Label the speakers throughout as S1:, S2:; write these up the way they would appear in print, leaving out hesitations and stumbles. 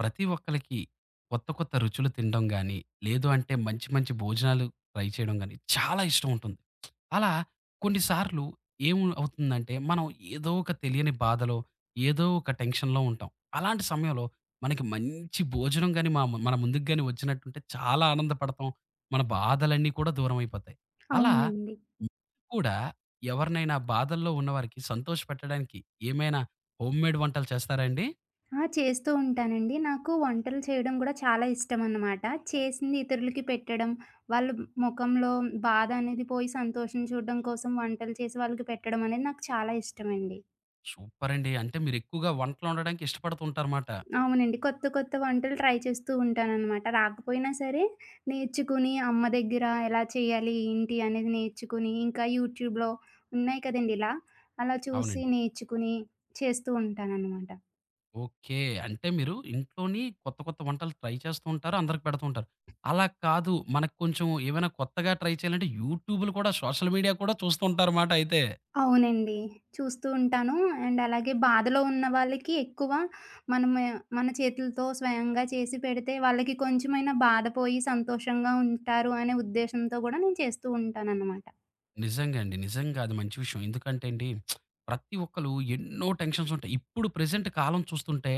S1: ప్రతి ఒక్కళ్ళకి కొత్త కొత్త రుచులు తినడం గానీ, లేదు అంటే మంచి మంచి భోజనాలు ట్రై చేయడం గానీ చాలా ఇష్టం ఉంటుంది. అలా కొన్నిసార్లు ఏం అవుతుందంటే, మనం ఏదో ఒక తెలియని బాధలో, ఏదో ఒక టెన్షన్‌లో ఉంటాం. అలాంటి సమయంలో మనకి మంచి భోజనం గానీ, మన ముందుకు గానీ వచ్చినట్టుంటే చాలా ఆనందపడతాం. మన బాధలన్నీ కూడా దూరమైపోతాయి. అలా
S2: అవునండి.
S1: మీరు కూడా ఎవరినైనా బాధల్లో ఉన్నవారికి సంతోషపెట్టడానికి ఏమైనా హోమ్‌మేడ్ వంటలు చేస్తారా అండి?
S2: ఆ! చేస్తూ ఉంటానండి. నాకు వంటలు చేయడం గూడా చాలా ఇష్టమనమాట. చేసింది ఇతరులకి పెట్టడం, వాళ్ళ మొఖంలో బాధ అనేది పోయి సంతోషం చూడడం కోసం వంటలు చేసి వాళ్ళకి పెట్టడం అనేది నాకు చాలా ఇష్టమండి.
S1: సూపరండి. అంటే మీరెక్కువగా వంటలు వండడానికి ఇష్టపడుతూ ఉంటారుమాట.
S2: అవునండి. కొత్త కొత్త వంటలు ట్రై చేస్తూ ఉంటాననమాట. రాకపోయినా సరే నేర్చుకుని అమ్మ దగ్గర ఎలా చేయాలి, ఏంటి అనేది నేర్చుకుని, ఇంకా యూట్యూబ్‌లో ఉన్నాయి కదండీ ఇలా, అలా చూసి
S1: అవునండి.
S2: నేర్చుకుని చేస్తూ ఉంటాననమాట.
S1: ఓకే. అంటే మీరు ఇంట్లోని కొత్త, కొత్త వంటలు ట్రై చేస్తూ ఉంటారు. అందరికి పెడుతూ ఉంటారు. అలా కాదు మనకు కొంచెం ఏమైనా కొత్తగా ట్రై చేయాలంటే యూట్యూబ్‌లు కూడా సోషల్ మీడియా కూడా చూస్తూ ఉంటారుమాట అయితే.
S2: అవునండి. చూస్తూ ఉంటాను. అండ్ అలాగే బాధలో ఉన్న వాళ్ళకి ఎక్కువ మనమే మన చేతులతో స్వయంగా చేసి పెడితే వాళ్ళకి కొంచెమైనా బాధ పోయి సంతోషంగా ఉంటారు అనే ఉద్దేశంతో గూడా నేను చేస్తూ ఉంటాననమాట.
S1: నిజంగా అండి. నిజంగా అది మంచి విషయం. ఎందుకంటే అండి, ప్రతి ఒక్కళ్ళు ఎన్నో టెన్షన్స్ ఉంటాయి. ఇప్పుడు ప్రెజెంట్ కాలం చూస్తుంటే,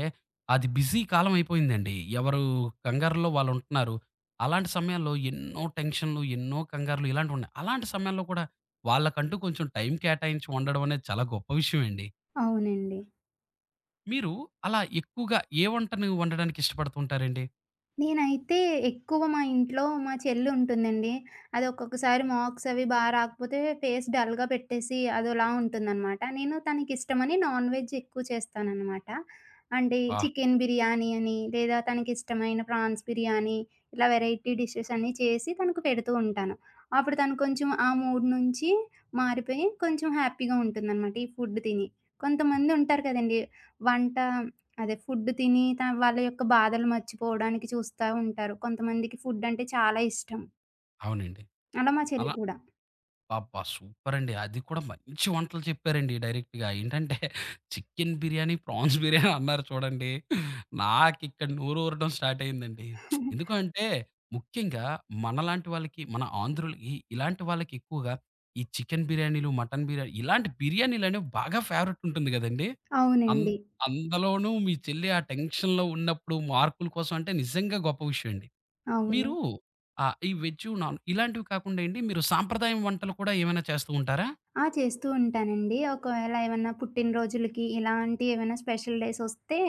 S1: అది బిజీ కాలం అయిపోయిందండి. ఎవరు కంగారులో వాళ్ళుంటున్నారు. అలాంటి సమయాల్లో ఎన్నో టెన్షన్‌లు, ఎన్నో కంగారులు ఇలాంటివున్నాయి. అలాంటి సమయాల్లో కూడా వాళ్ళకంటూ కొంచెం టైం కేటాయించి వండడం అనేది చాలా గొప్ప విషయం అండి.
S2: అవునండి.
S1: మీరు అలా ఎక్కువగా ఏ వంటను వండడానికి ఇష్టపడుతూ ఉంటారండి?
S2: నేనైతే ఎక్కువ మా ఇంట్లో మా చెల్లి ఉంటుందండి. అది ఒక్కొక్కసారి మార్క్స్ అవి బా రాకపోతే ఫేస్ డల్‌గా పెట్టేసి అదోలా ఉంటుందనమాట. నేను తనకిష్టమని నాన్ వెజ్ ఎక్కువ చేస్తాననమాట. అంటే ఈ
S1: ఆ!
S2: చికెన్ బిర్యానీ అని, లేదా తనకిష్టమైన ప్రాన్స్ బిర్యానీ ఇలా వెరైటీ డిషెస్ అన్నీ చేసి తనకు పెడుతూ ఉంటాను. అప్పుడు తను కొంచెం ఆ మూడ్ నుంచి మారిపోయి కొంచెం హ్యాపీగా ఉంటుందనమాట ఈ ఫుడ్ తిని. కొంతమందుంటారు కదండీ! వంట అదే. ఫుడ్ తిని వాళ్ళ యొక్క బాధలు మర్చిపోవడానికి చూస్తా ఉంటారు. కొంతమందికి ఫుడ్ అంటే చాలా ఇష్టం.
S1: అవునండి.
S2: అలా మా చెల్లి
S1: అలా
S2: కూడా.
S1: అబ్బా! సూపరండి. అది కూడా మంచి వంటలు చెప్పారండి డైరెక్ట్‌గా. ఏంటంటే చికెన్ బిర్యానీ, ప్రాన్స్ బిర్యానీ అన్నారు చూడండి. నాకిక్కడ నోరూరడం స్టార్ట్ అయిందండి. ఎందుకు అంటే ముఖ్యంగా మనలాంటి వాళ్ళకి, మన ఆంధ్రులకి ఇలాంటి వాళ్ళకి ఎక్కువగా ఈ చికెన్ బిర్యానీలు, మటన్ బిర్యానీ ఇలాంటి బిర్యానీలనేవి బాగా ఫేవరెట్ ఉంటుంది గదండీ. అన్
S2: అవునండి.
S1: అందులోనూ మీ చెల్లి ఆ టెన్షన్‌లో ఉన్నప్పుడు మార్కుల కోసం అంటే నిజంగా గొప్ప విషయం అండి.
S2: అవును.
S1: మీరు ఆహ్, ఈ వెజ్జు, నాన్ ఇలాంటివి కాకుండా అండి మీరు సాంప్రదాయం వంటలు కూడా ఏమైనా చేస్తూ ఉంటారా?
S2: ఆ! చేస్తూ ఉంటానండి. ఒకవేళ ఏమన్నా పుట్టినరోజులకి, ఇలాంటి ఏమైనా స్పెషల్ డేస్ వస్తే,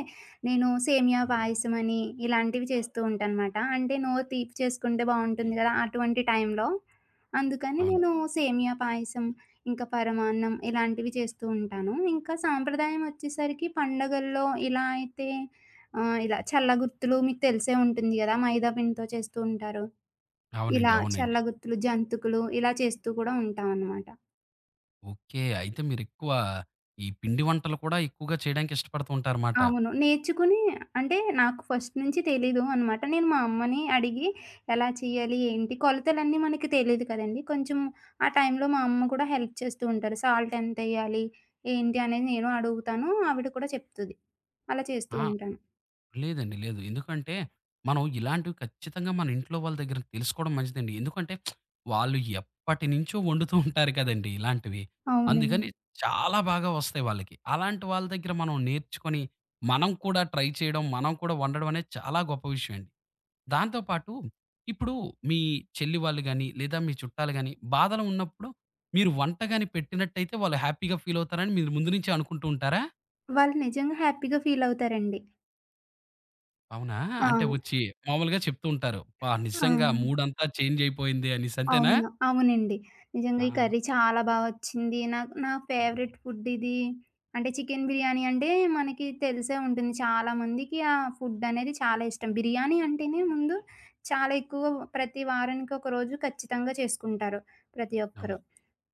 S2: నేను సేమియా పాయసమని ఇలాంటివి చేస్తూ ఉంటానమాట. అంటే నోరు తీపి చేసుకుంటే బావుంటుంది గదా! అటువంటి టైంలో. అందుకని
S1: అవును.
S2: నేను సేమియా పాయసం, ఇంకా పరమాన్నం ఇలాంటివి చేస్తూ ఉంటాను. ఇంకా సాంప్రదాయం వచ్చేసరికి పండగల్లో ఇలా అయితే ఇలా చల్లగుర్తులు మీకు తెలిసే ఉంటుంది గదా! మైదా పిండితో చేస్తూ ఉంటారు.
S1: అవునండి.
S2: ఇలా
S1: అవునండి.
S2: చల్లగుర్తులు, జంతికలు ఇలా చేస్తూ కూడా ఉంటామనమాట.
S1: ఓకే. అయితే మీరెక్కువ ఈ పిండి వంటలు కూడా ఎక్కువగా చేయడానికి ఇష్టపడుతూ ఉంటారన్నమాట.
S2: అవును. నేర్చుకుని అంటే నాకు ఫస్ట్ నుంచి తెలీదు అనమాట. నేను మా అమ్మని అడిగి ఎలా చేయాలి, ఏంటి కొలతలన్నీ మనకి తెలీదు కదండీ! కొంచెం ఆ టైంలో మా అమ్మ కూడా హెల్ప్ చేస్తూ ఉంటారు. సాల్ట్ ఎంతెయ్యాలి, ఏంటి అనేది నేను అడుగుతాను. ఆవిడ కూడా చెప్తది. అలా చేస్తూ
S1: ఆ!
S2: ఉంటాను.
S1: లేదండి. లేదు. ఎందుకంటే, మనం ఇలాంటివి ఖచ్చితంగా మన ఇంట్లో వాళ్ళ దగ్గర తెలుసుకోవడం మంచిదండి. ఎందుకంటే, వాళ్ళు ఎప్పటినుంచో వండుతూ ఉంటారు కదండీ ఇలాంటివి. అందుకని
S2: అవునండి.
S1: చాలా బాగా వస్తాయి వాళ్ళకి. అలాంటి వాళ్ళ దగ్గర మనం నేర్చుకొని, మనం కూడా ట్రై చేయడం, మనం కూడా వండడం అనేది చాలా గొప్ప విషయం అండి. దాంతో పాటు ఇప్పుడు మీ చెల్లి వాళ్ళు గాని, లేదా మీ చుట్టాలు గాని బాధలో ఉన్నప్పుడు మీరు వంట గాని పెట్టినట్టయితే వాళ్ళు హ్యాపీగా ఫీల్ అవుతారని మీరు ముందు నుంచే అనుకుంటూ ఉంటారా?
S2: వాళ్ళు నిజంగా హ్యాపీగా ఫీల్ అవుతారండి.
S1: అవునా?
S2: ఆ!
S1: అంటే వచ్చి మామూలుగా చెప్తూ ఉంటారు. "అబ్బా!
S2: ఆ!
S1: నిజంగా మూడంతా చేంజ్ అయిపోయింది" అనేసి అంతేనా?
S2: అవును. అవునండి. నిజంగా ఈ
S1: ఆ!
S2: కర్రీ చాలా బా వచ్చింది. నాకు నా ఫేవరెట్ ఫుడ్ ఇది. అంటే చికెన్ బిర్యానీ అంటే మనకి తెలిసే ఉంటుంది. చాలా మందికి ఆ ఫుడ్ అనేది చాలా ఇష్టం. బిర్యానీ అంటేనే ముందు చాలా ఎక్కువ ప్రతి వారానికి ఒక రోజు ఖచ్చితంగా చేసుకుంటారు ప్రతి
S1: అవును.
S2: ఒక్కరు.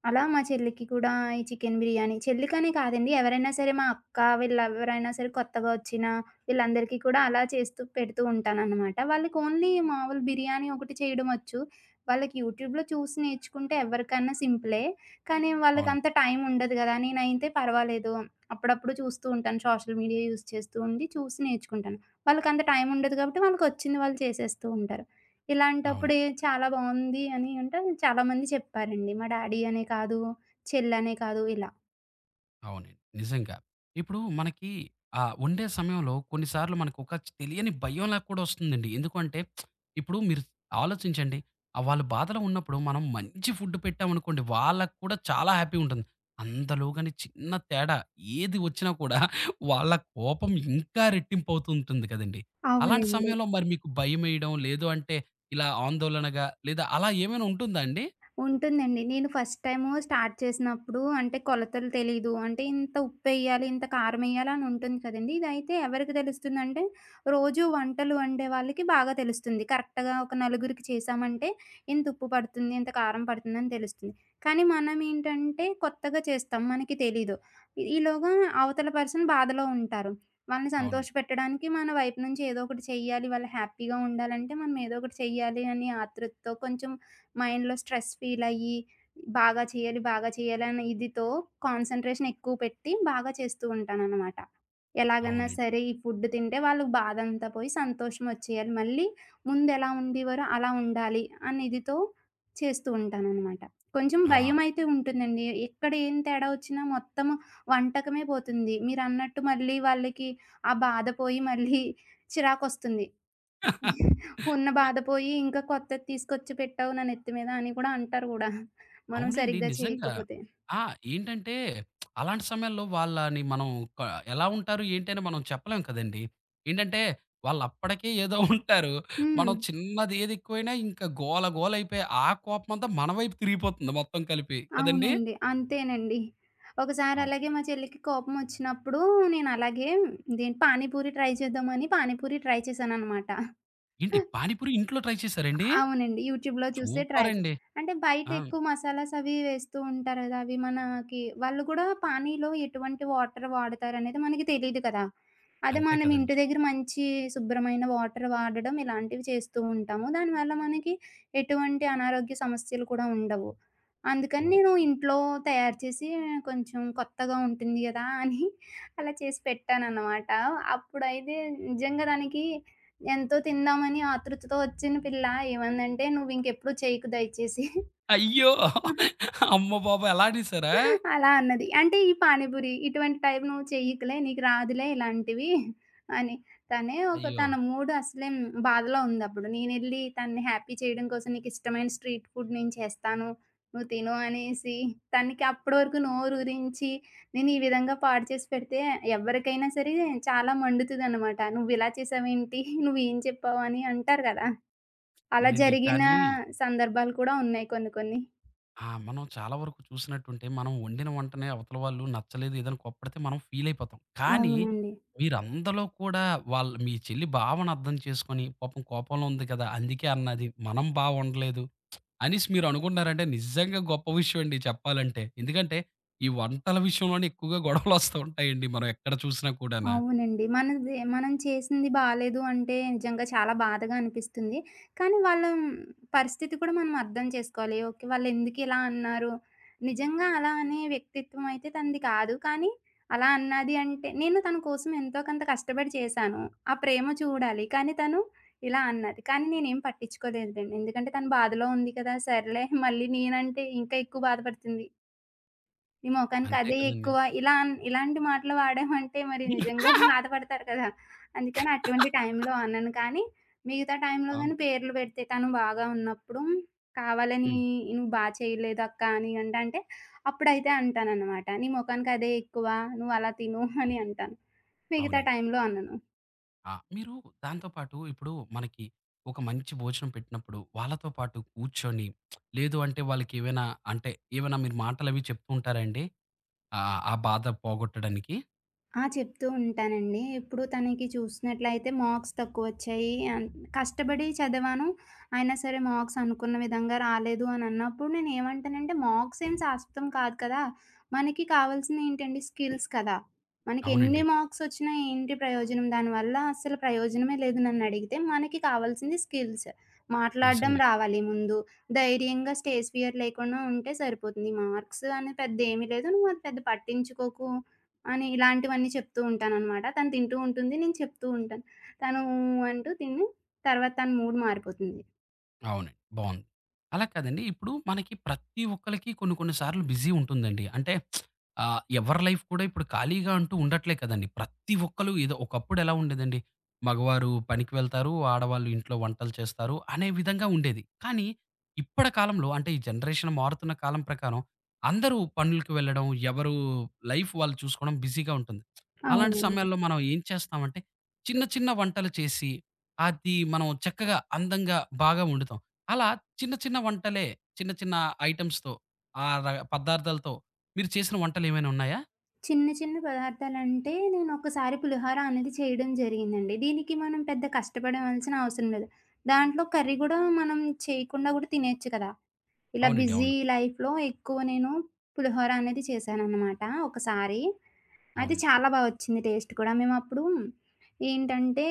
S2: అలా మా చెల్లికి కూడా ఈ చికెన్ బిర్యానీ చెల్లికనే కాదండి. ఎవరైనా సరే మా అక్క వీళ్ళెవరైనా సరే కొత్తగా వచ్చిన వీళ్ళందరికీ కూడా అలా చేస్తూ పెడుతూ ఉంటాననమాట. వాళ్ళకి ఓన్లీ మామూలు బిర్యానీ ఒకటి చేయడం వచ్చు. వాళ్ళకి యూట్యూబ్‌లో చూసి నేర్చుకుంటే ఎవరికన్నా సింపులే. కానీ
S1: అవును.
S2: వాళ్ళకంత టైం ఉండదు గదా! నేనైతే పర్వాలేదు. అప్పుడప్పుడు చూస్తూ ఉంటాను. సోషల్ మీడియా యూజ్ చేస్తూ ఉండి చూసి నేర్చుకుంటాను. వాళ్ళకంత టైం ఉండదు కాబట్టి వాళ్ళకొచ్చింది వాళ్ళు చేసేస్తూ ఉంటారు.
S1: అవును.
S2: ఇలాంటప్పుడు చాలా బావుంది అని అంటే చాలామంది చెప్పారండి. మా డ్యాడీ అనే కాదు, చెల్లనే కాదు ఇలా.
S1: అవునండి. నిజంగా. ఇప్పుడు మనకి ఆహ్, వండే సమయంలో కొన్నిసార్లు మనకొక తెలియని భయంలా కూడా వస్తుందండి. ఎందుకంటే ఇప్పుడు మీరు ఆలోచించండి. ఆహ్, వాళ్ళు బాధలో ఉన్నప్పుడు మనం మంచి ఫుడ్ పెట్టామనుకోండి, వాళ్ళకి కూడా చాలా హ్యాపీగా ఉంటుంది. అందులోగాని చిన్న తేడా ఏది వచ్చినా కూడా వాళ్ళ కోపం ఇంకా రెట్టింపవుతూ ఉంటుంది కదండీ! అలాంటి
S2: అవునండి.
S1: సమయంలో మరి మీకు భయమేయడం, లేదు అంటే ఇలా ఆందోళనగా లేదా అలా ఏమైనా ఉంటుందా అండి?
S2: ఉంటుందండి. నేను ఫస్ట్ టైము స్టార్ట్ చేసినప్పుడు అంటే కొలతలు తెలీదు. అంటే ఇంత ఉప్పెయ్యాలి, ఇంత కారమెయ్యాలి అని ఉంటుంది కదండీ. ఇదైతే ఎవరికి తెలుస్తుందంటే రోజు వంటలు వండే వాళ్ళకి బాగా తెలుస్తుంది. కరెక్ట్‌గా ఒక నలుగురికి చేశామంటే ఇంత ఉప్పు పడుతుంది, ఇంత కారం పడుతుందని తెలుస్తుంది. కానీ మనమేంటంటే కొత్తగా చేస్తాం. మనకి తెలీదు. ఈలోగా అవతల పర్సన్ బాధలో ఉంటారు. వాళ్ళని
S1: అవునండి.
S2: సంతోషపెట్టడానికి మన వైపు నుంచి ఏదో ఒకటి చెయ్యాలి. వాళ్ళు హ్యాపీగా ఉండాలంటే మనం ఏదో ఒకటి చెయ్యాలి అని ఆతృతతో కొంచెం మైండ్‌లో స్ట్రెస్ ఫీల్ అయ్యి, బాగా చేయాలి, బాగా చేయాలి అనే ఇదితో కాన్సంట్రేషన్ ఎక్కువ పెట్టి బాగా చేస్తూ ఉంటాననమాట. ఎలాగన్నా
S1: అవునండి.
S2: సరే ఈ ఫుడ్ తింటే వాళ్ళకి బాధంతా పోయి సంతోషం వచ్చేయాలి. మళ్ళీ ముందెలా ఉండేవారో అలా ఉండాలి అనే ఇదితో చేస్తూ ఉంటాననమాట. కొంచెం
S1: ఆ!
S2: భయమైతే ఉంటుందండి. ఎక్కడ ఏం తేడా వచ్చినా మొత్తం వంటకమే పోతుంది. మీరన్నట్టు మళ్ళీ వాళ్ళకి ఆ బాధ పోయి మళ్ళీ చిరాకొస్తుంది. ఉన్న బాధ పోయి ఇంకా కొత్తది తీసుకొచ్చి పెట్టావు నా నెత్తి మీద అని కూడా అంటారు గూడా. మనం
S1: అవునండి.
S2: సరిగ్గా
S1: నిజంగా.
S2: చేయకపోతే.
S1: ఆ! ఏంటంటే అలాంటి సమయాల్లో వాళ్ళని మనం క ఎలా ఉంటారు ఏంటి అని మనం చెప్పలేం కదండీ. ఏంటంటే వాళ్ళప్పటికే ఏదో ఉంటారు.
S2: హ్మ్.
S1: మనం చిన్నది ఏది ఎక్కువైనా ఇంకా గోల గోల అయిపోయి ఆ కోపమంతా మన వైపు తిరిగిపోతుంది మొత్తం కలిపి. కదండీ!
S2: అవునండి. అంతేనండి. ఒకసారి
S1: అవును.
S2: అలాగే మా చెల్లికి కోపమొచ్చినప్పుడు నేనలాగే ఇదేంటి పానీపూరి ట్రై చేద్దామని పానీపూరి ట్రై చేశాననమాట.
S1: ఏంటి పానీపూరి ఇంట్లో ట్రై చేసారండి?
S2: అవునండి. యూట్యూబ్‌లో చూసే
S1: సూపర్
S2: ట్రై చేశా.
S1: అండి.
S2: అంటే బయట
S1: ఆ!
S2: ఎక్కువ మసాలాస్ అవి వేస్తూ ఉంటారు గదా! అవి మనకి వాళ్ళు కూడా పానీలో ఎటువంటి వాటర్ వాడతారనేది మనకి తెలీదు కదా! అదే
S1: అంతే
S2: మనం ఇంటి
S1: కదండీ.
S2: దగ్గర మంచి శుభ్రమైన వాటర్ వాడడం ఇలాంటివి చేస్తూ ఉంటాము. దానివల్ల మనకి ఎటువంటి అనారోగ్య సమస్యలు కూడా ఉండవు. అందుకని
S1: ఓహ్!
S2: నేను ఇంట్లో తయారు చేసి కొంచెం కొత్తగా ఉంటుంది గదా! అని అలా చేసి పెట్టాననమాట. అప్పుడైతే నిజంగా దానికి ఎంతో తిందామని ఆతృతతో వచ్చిన పిల్ల ఏమందంటే, "నువ్వింకెప్పుడు చేయకు దయచేసి."
S1: అయ్యో! అమ్మ బాబోయ్! అలా అనేసారా?
S2: అలా అన్నది. అంటే ఈ పానీపూరి ఇటువంటి టైపు నువ్వు చెయ్యకులే, నీకు రాదులే ఇలాంటివి అని. తనే ఒక
S1: అయ్యో!
S2: తన మూడ్ అసలేం బాధలో ఉందప్పుడు. నేనెళ్ళి తనని హ్యాపీ చేయడం కోసం నీకిష్టమైన స్ట్రీట్ ఫుడ్ నేను చేస్తాను. నువ్వు తిను అనేసి తనకి అప్పటి వరకు నోరూరించి నేను ఈ విధంగా పాడు చేసి పెడితే ఎవ్వరికైనా సరే చాలా మండుతదనమాట. నువ్విలా చేసావేంటి? నువ్వేం చెప్పావు? అని అంటారు గదా! అలా
S1: అవునండి.
S2: జరిగిన
S1: కానీ
S2: సందర్భాలు కూడా ఉన్నాయి కొన్ని కొన్ని.
S1: ఆ! మనం చాలా వరకు చూసినట్టుంటే, మనం వండిన వంటనే అవతల వాళ్ళు నచ్చలేదు, ఏదైనా కోప్పడితే మనం ఫీల్ అయిపోతాం. కానీ,
S2: అవునండి.
S1: ఓకే. మీరందలో కూడా వాళ్ళ మీ చెల్లి భావన అర్థం చేసుకొని, పాపం కోపంలో ఉంది కదా! అందుకే అన్నది. మనం బా వండలేదు అనేసి మీరు అనుకున్నారంటే, నిజంగా గొప్ప విషయం అండి చెప్పాలంటే. ఎందుకంటే, ఈ వంటల విషయంలోనే ఎక్కువగా గొడవలొస్తూ ఉంటాయండి. మనం ఎక్కడ చూసినా కూడానా.
S2: అవునండి. మనది మనం చేసింది బాలేదు అంటే నిజంగా చాలా బాధగా అనిపిస్తుంది. కానీ వాళ్ళ పరిస్థితి కూడా మనం అర్థం చేసుకోవాలి. ఓకే. వాళ్ళెందుకిలా అన్నారు? నిజంగా అలా అనే వ్యక్తిత్వం అయితే తనది కాదు. కానీ అలా అన్నది అంటే నేను తన కోసం ఎంతో కొంత కష్టపడి చేశాను. ఆ ప్రేమ చూడాలి. కానీ తను ఇలా అన్నది. కానీ నేనేం పట్టించుకోలేదులెండి. ఎందుకంటే తను బాధలో ఉంది కదా! సర్లే మళ్ళీ నేనంటే ఇంకా ఎక్కువ బాధపడుతుంది. నీ మొఖానికి
S1: అంతే
S2: అదే
S1: కదండీ!
S2: ఎక్కువ. ఇలా ఇలాంటి మాటలు వాడామంటే మరి నిజంగా బాధపడతారు కదా! అందుకని అటువంటి టైంలో అనను. కానీ మిగతా టైంలో
S1: అవును.
S2: గాని పేర్లు పెడితే తను బాగా ఉన్నప్పుడు కావాలని
S1: హ్మ్.
S2: "నువ్వు బా చేయలేదు అక్క" అని అంటే అంటే అప్పుడైతే అంటాననమాట. "నీ మొఖానికి అదే ఎక్కువ. నువ్వు అలా తిను" అని అంటాను. మిగతా
S1: అవునండి.
S2: టైంలో అనను.
S1: ఆ! మీరు దాంతో పాటు ఇప్పుడు మనకి ఒక మంచి భోజనం పెట్టినప్పుడు వాళ్ళతో పాటు కూర్చొని, లేదు అంటే వాళ్ళకేవైనా అంటే ఏవైనా మీరు మాటలవి చెప్తూ ఉంటారా అండి? ఆహ్, ఆ బాధ పోగొట్టడానికి?
S2: ఆ! చెప్తూ ఉంటానండి. ఇప్పుడు తనకి చూసినట్లయితే మార్క్స్ తక్కువొచ్చాయి. కష్టపడి చదివాను. అయినా సరే మార్క్స్ అనుకున్న విధంగా రాలేదు అని అన్నప్పుడు నేను ఏమంటానంటే, మార్క్స్ ఏం శాశ్వతం కాదు కదా! మనకి కావాల్సింది ఏంటండి స్కిల్స్ కదా! మనకి ఎన్ని
S1: అవునండి.
S2: మార్క్స్ వచ్చినా ఏంటి ప్రయోజనం? దానివల్ల అస్సలు ప్రయోజనమే లేదు నన్నడిగితే. మనకి కావాల్సింది స్కిల్స్. మాట్లాడడం
S1: నిజంగా.
S2: రావాలి ముందు. ధైర్యంగా స్టేజ్ ఫియర్ లేకుండా ఉంటే సరిపోతుంది. మార్క్స్ అనేది పెద్ద ఏమీ లేదు. నువ్వు అది పెద్ద పట్టించుకోకు. అని ఇలాంటివన్నీ చెప్తూ ఉంటాననమాట. తను తింటూ ఉంటుంది. నేను చెప్తూ ఉంటాను. తను "ఊ" అంటూ తిని తర్వాత తన మూడ్ మారిపోతుంది.
S1: అవునండి. బావుంది. అలా కాదండి. ఇప్పుడు మనకి ప్రతి ఒక్కళ్ళకి కొన్ని కొన్ని సార్లు బిజీ ఉంటుందండి. అంటే ఆహ్, ఎవరి లైఫ్ కూడా ఇప్పుడు ఖాళీగా అంటూ ఉండట్లే కదండీ. ప్రతి ఒక్కళ్ళు ఏదో ఒకప్పుడు ఎలా ఉండేదండి. మగవారు పనికి వెళ్తారు. ఆడవాళ్ళు ఇంట్లో వంటలు చేస్తారు అనే విధంగా ఉండేది. కానీ ఇప్పటి కాలంలో అంటే ఈ జనరేషన్ మారుతున్న కాలం ప్రకారం అందరూ పనులకి వెళ్ళడం, ఎవరు లైఫ్ వాళ్ళు చూసుకోవడం బిజీగా ఉంటుంది. అలాంటి
S2: అవునండి.
S1: సమయాల్లో మనం ఏం చేస్తామంటే చిన్న చిన్న వంటలు చేసి అది మనం చక్కగా, అందంగా, బాగా వండుతాం. అలా చిన్న చిన్న వంటలే, చిన్న చిన్న ఐటెమ్స్‌తో ఆ ర పదార్థాలతో మీరు చేసిన వంటలేమైనా ఉన్నాయా?
S2: చిన్న చిన్న పదార్థాలంటే నేనొకసారి పులిహోర అనేది చేయడం జరిగిందండి. దీనికి మనం పెద్ద కష్టపడవలసిన అవసరం లేదు. దాంట్లో కర్రీ గూడా మనం చేయకుండా గూడా తినేయొచ్చు కదా! ఇలా
S1: అవునండి.
S2: బిజీ
S1: అవును.
S2: లైఫ్‌లో ఎక్కువ నేను పులిహోర అనేది చేశాననమాట ఒకసారి. అయితే
S1: అవును.
S2: చాలా బా వచ్చింది టేస్ట్ కూడా. మేమప్పుడు ఏంటంటే,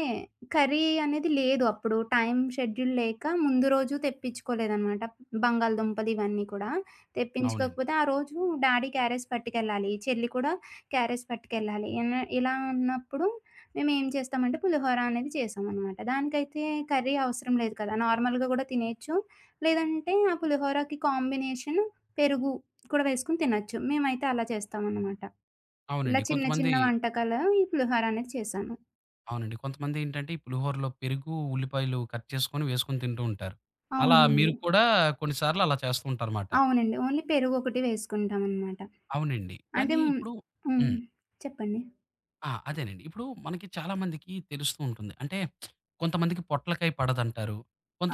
S2: కర్రీ అనేది లేదు అప్పుడు. టైం షెడ్యూల్ లేక ముందు రోజు తెప్పించుకోలేదనమాట. బంగాళదుంపలు ఇవన్నీ కూడా
S1: అవునండి.
S2: తెప్పించుకోకపోతే, ఆ రోజు డాడీ క్యారేజ్ పట్టుకెళ్ళాలి. చెల్లి కూడా క్యారేజ్ పట్టుకెళ్ళాలి. ఇలా ఉన్నప్పుడు మేమేం చేస్తామంటే, పులిహోర అనేది చేశామనమాట. దానికైతే కర్రీ అవసరం లేదు కదా! నార్మల్‌గా కూడా తినేయొచ్చు. లేదంటే ఆ పులిహోరకి కాంబినేషన్ పెరుగు కూడా వేసుకొని తినొచ్చు. మేమైతే అలా చేస్తామనమాట.
S1: అవునండి.
S2: ఇలా చిన్న
S1: కొంతమంది
S2: చిన్న వంటకాలు ఈ పులిహోర అనేది చేశాను.
S1: అవునండి. కొంతమంది ఏంటంటే ఈ పులిహోరలో పెరుగు, ఉల్లిపాయలు కట్ చేసుకొని వేసుకొని తింటూ ఉంటారు. అలా
S2: అవునండి.
S1: మీరు కూడా కొన్ని సార్లు అలా చేస్తూ ఉంటారుమాట.
S2: అవునండి. ఓన్లీ పెరుగు ఒకటి వేసుకుంటామనమాట.
S1: అవునండి.
S2: అంటే
S1: కానీ
S2: హ్మ్.
S1: ఇప్పుడు
S2: హ్మ్.
S1: హ్మ్.
S2: చెప్పండి.
S1: ఆ! అదేనండి. ఇప్పుడు మనకి చాలా మందికి తెలుస్తూ ఉంటుంది. అంటే కొంతమందికి పొట్లకాయ పడదంటారు.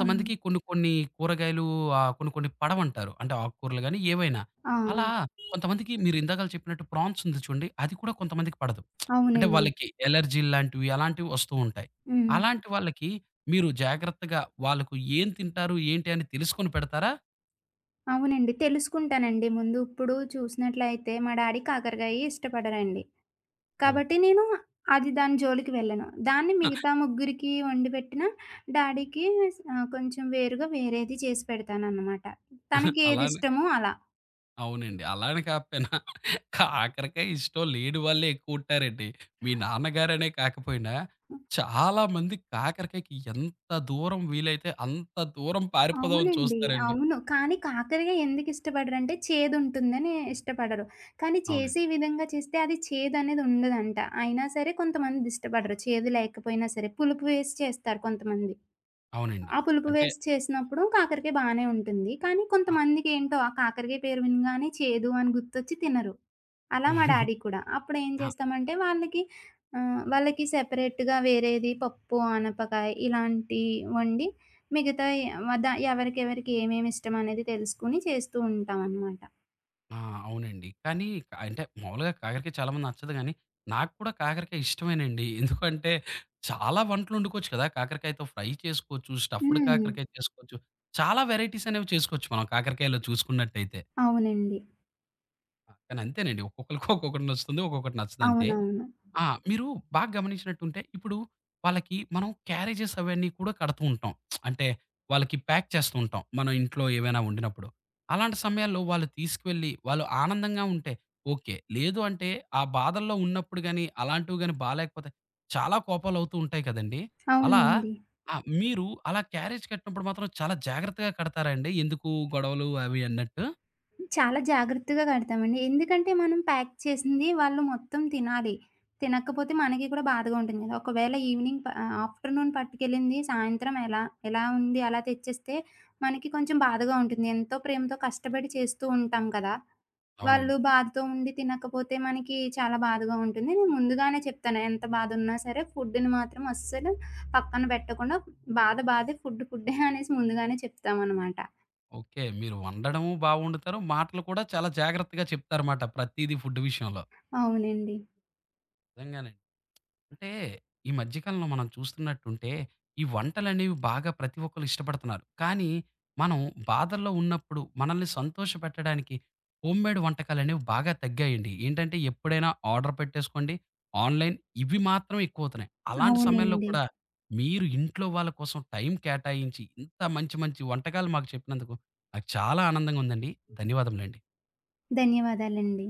S2: అవును.
S1: కొన్ని కొన్ని కూరగాయలు ఆహ్, కొన్ని కొన్ని పడవంటారు. అంటే ఆకుకూరలు గాని ఏవైనా.
S2: ఆ!
S1: అలా కొంతమందికి మీరు ఇందాకల చెప్పినట్టు ప్రాన్స్ ఉంది చూడండి. అది కూడా కొంతమందికి పడదు. అంటే
S2: అవునండి.
S1: వాళ్ళకి ఎలర్జీ లాంటివి అలాంటివి వస్తూ ఉంటాయి.
S2: హ్మ్.
S1: అలాంటి వాళ్ళకి మీరు జాగ్రత్తగా వాళ్ళకు ఏం తింటారు ఏంటి అని తెలుసుకొని పెడతారా?
S2: అవునండి. తెలుసుకుంటానండి ముందు. ఇప్పుడు చూసినట్లయితే మా డ్యాడీ కాకరకాయ ఇష్టపడరండి.
S1: ఓహ్!
S2: కాబట్టి నేను అది దాని జోలికి వెళ్ళను. దాన్ని మిగతా ముగ్గురికి వండిపెట్టినా డ్యాడీకి కొంచెం వేరుగా వేరేది చేసి పెడతాననమాట. తనకి
S1: అలా
S2: ఏదిష్టమో అలా.
S1: అవునండి. అలా అని కాకపోయినా కాకరకాయ ఇష్టం లేని వాళ్ళే ఎక్కువుంటారండి. మీ నాన్నగారనే కాకపోయినా చాలా మంది కాకరకాయకి ఎంత దూరం వీలైతే అంత దూరం పారిపోదామని
S2: అవునండి.
S1: చూస్తారండి.
S2: అవును. కానీ కాకరకాయ ఎందుకిష్టపడరంటే చేదుంటుందని ఇష్టపడరు. కానీ
S1: అవునండి.
S2: చేసే విధంగా చేస్తే అది చేదనేది ఉండదంట. అయినా సరే కొంతమందిదిష్టపడరు. చేదు లేకపోయినా సరే. పులుపు వేసి చేస్తారు కొంతమంది.
S1: అవునండి.
S2: ఆ పులుపు
S1: అంటే
S2: వేసి చేసినప్పుడు కాకరకాయ బానే ఉంటుంది. కానీ
S1: ఆ!
S2: కొంతమందికేంటో ఆ కాకరకాయ పేరు వినగానే చేదు అని గుర్తొచ్చి తినరు. అలా మా డాడీ కూడా. అప్పుడేం
S1: ఆ!
S2: చేస్తామంటే వాళ్ళకి సెపరేట్‌గా వేరేది పప్పు, ఆనపకాయ ఇలాంటియి వండి మిగతాయి వద ఎవరికెవరికి ఏమేమి ఇష్టమనేది తెలుసుకొని చేస్తూ ఉంటామనమాట.
S1: ఆ! అవునండి. కానీ అంటే మామూలుగా కాకరకాయ చాలామంది నచ్చదు గానీ, నాకు కూడా కాకరకాయ ఇష్టమేనండి. ఎందుకంటే చాలా వంటలు వండుకోవచ్చు కదా! కాకరకాయతో ఫ్రై చేసుకోవచ్చు, స్టఫ్డ్
S2: హ్మ్.
S1: కాకరకాయ చేసుకోవచ్చు. చాలా వెరైటీస్ అనేవి చేసుకోవచ్చు మనం కాకరకాయలో చూసుకున్నట్టయితే.
S2: అవునండి.
S1: ఆ! కానీ అంతేనండి. ఒక్కొక్కళ్ళకి ఒక్కొక్కటి నచ్చుతుంది. ఒక్కొక్కటి నచ్చదంతే.
S2: అవునవును.
S1: ఆ! మీరు బాగా గమనించినట్టుంటే ఇప్పుడు వాళ్ళకి మనం క్యారేజెస్ అవన్నీ కూడా కడుతూ ఉంటాం. అంటే వాళ్ళకి ప్యాక్ చేస్తూ ఉంటాం. మనం ఇంట్లో ఏవైనా వండినప్పుడు. అలాంటి సమయాల్లో వాళ్ళు తీసుకువెళ్ళి వాళ్ళు ఆనందంగా ఉంటే ఓకే. లేదు అంటే ఆ బాధల్లో ఉన్నప్పుడు గాని, అలాంటివి గాని బాలేకపోతే చాలా కోపాలవుతూ ఉంటాయి కదండీ! అలా
S2: అవునండి.
S1: ఆ! మీరు అలా క్యారేజ్ కట్టినప్పుడు మాత్రం చాలా జాగ్రత్తగా కడతారా అండి? ఎందుకు గొడవలు అవి అన్నట్టు?
S2: చాలా జాగ్రత్తగా కడతామండి. ఎందుకంటే మనం ప్యాక్ చేసింది వాళ్ళు మొత్తం తినాలి. తినకపోతే మనకి కూడా బాధగా ఉంటుంది గదా! ఒకవేళ ఆఫ్టర్‌నూన్ పట్టుకెళ్ళింది సాయంత్రం ఎలా ఎలా ఉంది అలా తెచ్చేస్తే మనకి కొంచెం బాధగా ఉంటుంది. ఎంతో ప్రేమతో కష్టపడి చేస్తూ ఉంటాం కదా! వాళ్ళు
S1: అవునండి.
S2: బాధతో ఉండి తినకపోతే మనకి చాలా బాధగా ఉంటుంది. నేను ముందుగానే చెప్తాను. ఎంత బాధున్నా సరే ఫుడ్‌ని మాత్రం అస్సలు పక్కన పెట్టకుండా బాధ బాధే, ఫుడ్ ఫుడ్డే అనేసి ముందుగానే చెప్తామనమాట.
S1: ఓకే. మీరు వండడము బా వండుతారు. మాటలు కూడా చాలా జాగ్రత్తగా చెప్తారుమాట. ప్రతీదీ ఫుడ్ విషయంలో.
S2: అవునండి.
S1: నిజంగానే. అంటే ఈ మధ్య కాలంలో మనం చూస్తున్నట్టుంటే, ఈ వంటలనేవి బాగా ప్రతి ఒక్కళ్ళు ఇష్టపడుతున్నారు. కానీ, మనం బాధల్లో ఉన్నప్పుడు మనల్ని సంతోషపెట్టడానికి హోమ్‌మేడ్ వంటకాలనేవి బాగా తగ్గాయండి. ఏంటంటే, ఎప్పుడైనా ఆర్డర్ పెట్టేసుకోండి. ఆన్‌లైన్ ఇవి మాత్రం ఎక్కువవుతున్నాయి. అలాంటి సమయంలో
S2: అవునండి.
S1: కూడా మీరు ఇంట్లో వాళ్ళ కోసం టైం కేటాయించి, ఇంత మంచి మంచి వంటకాలు మాకు చెప్పినందుకు నాకు చాలా ఆనందంగా ఉందండి. ధన్యవాదములండి.
S2: ధన్యవాదాలండి.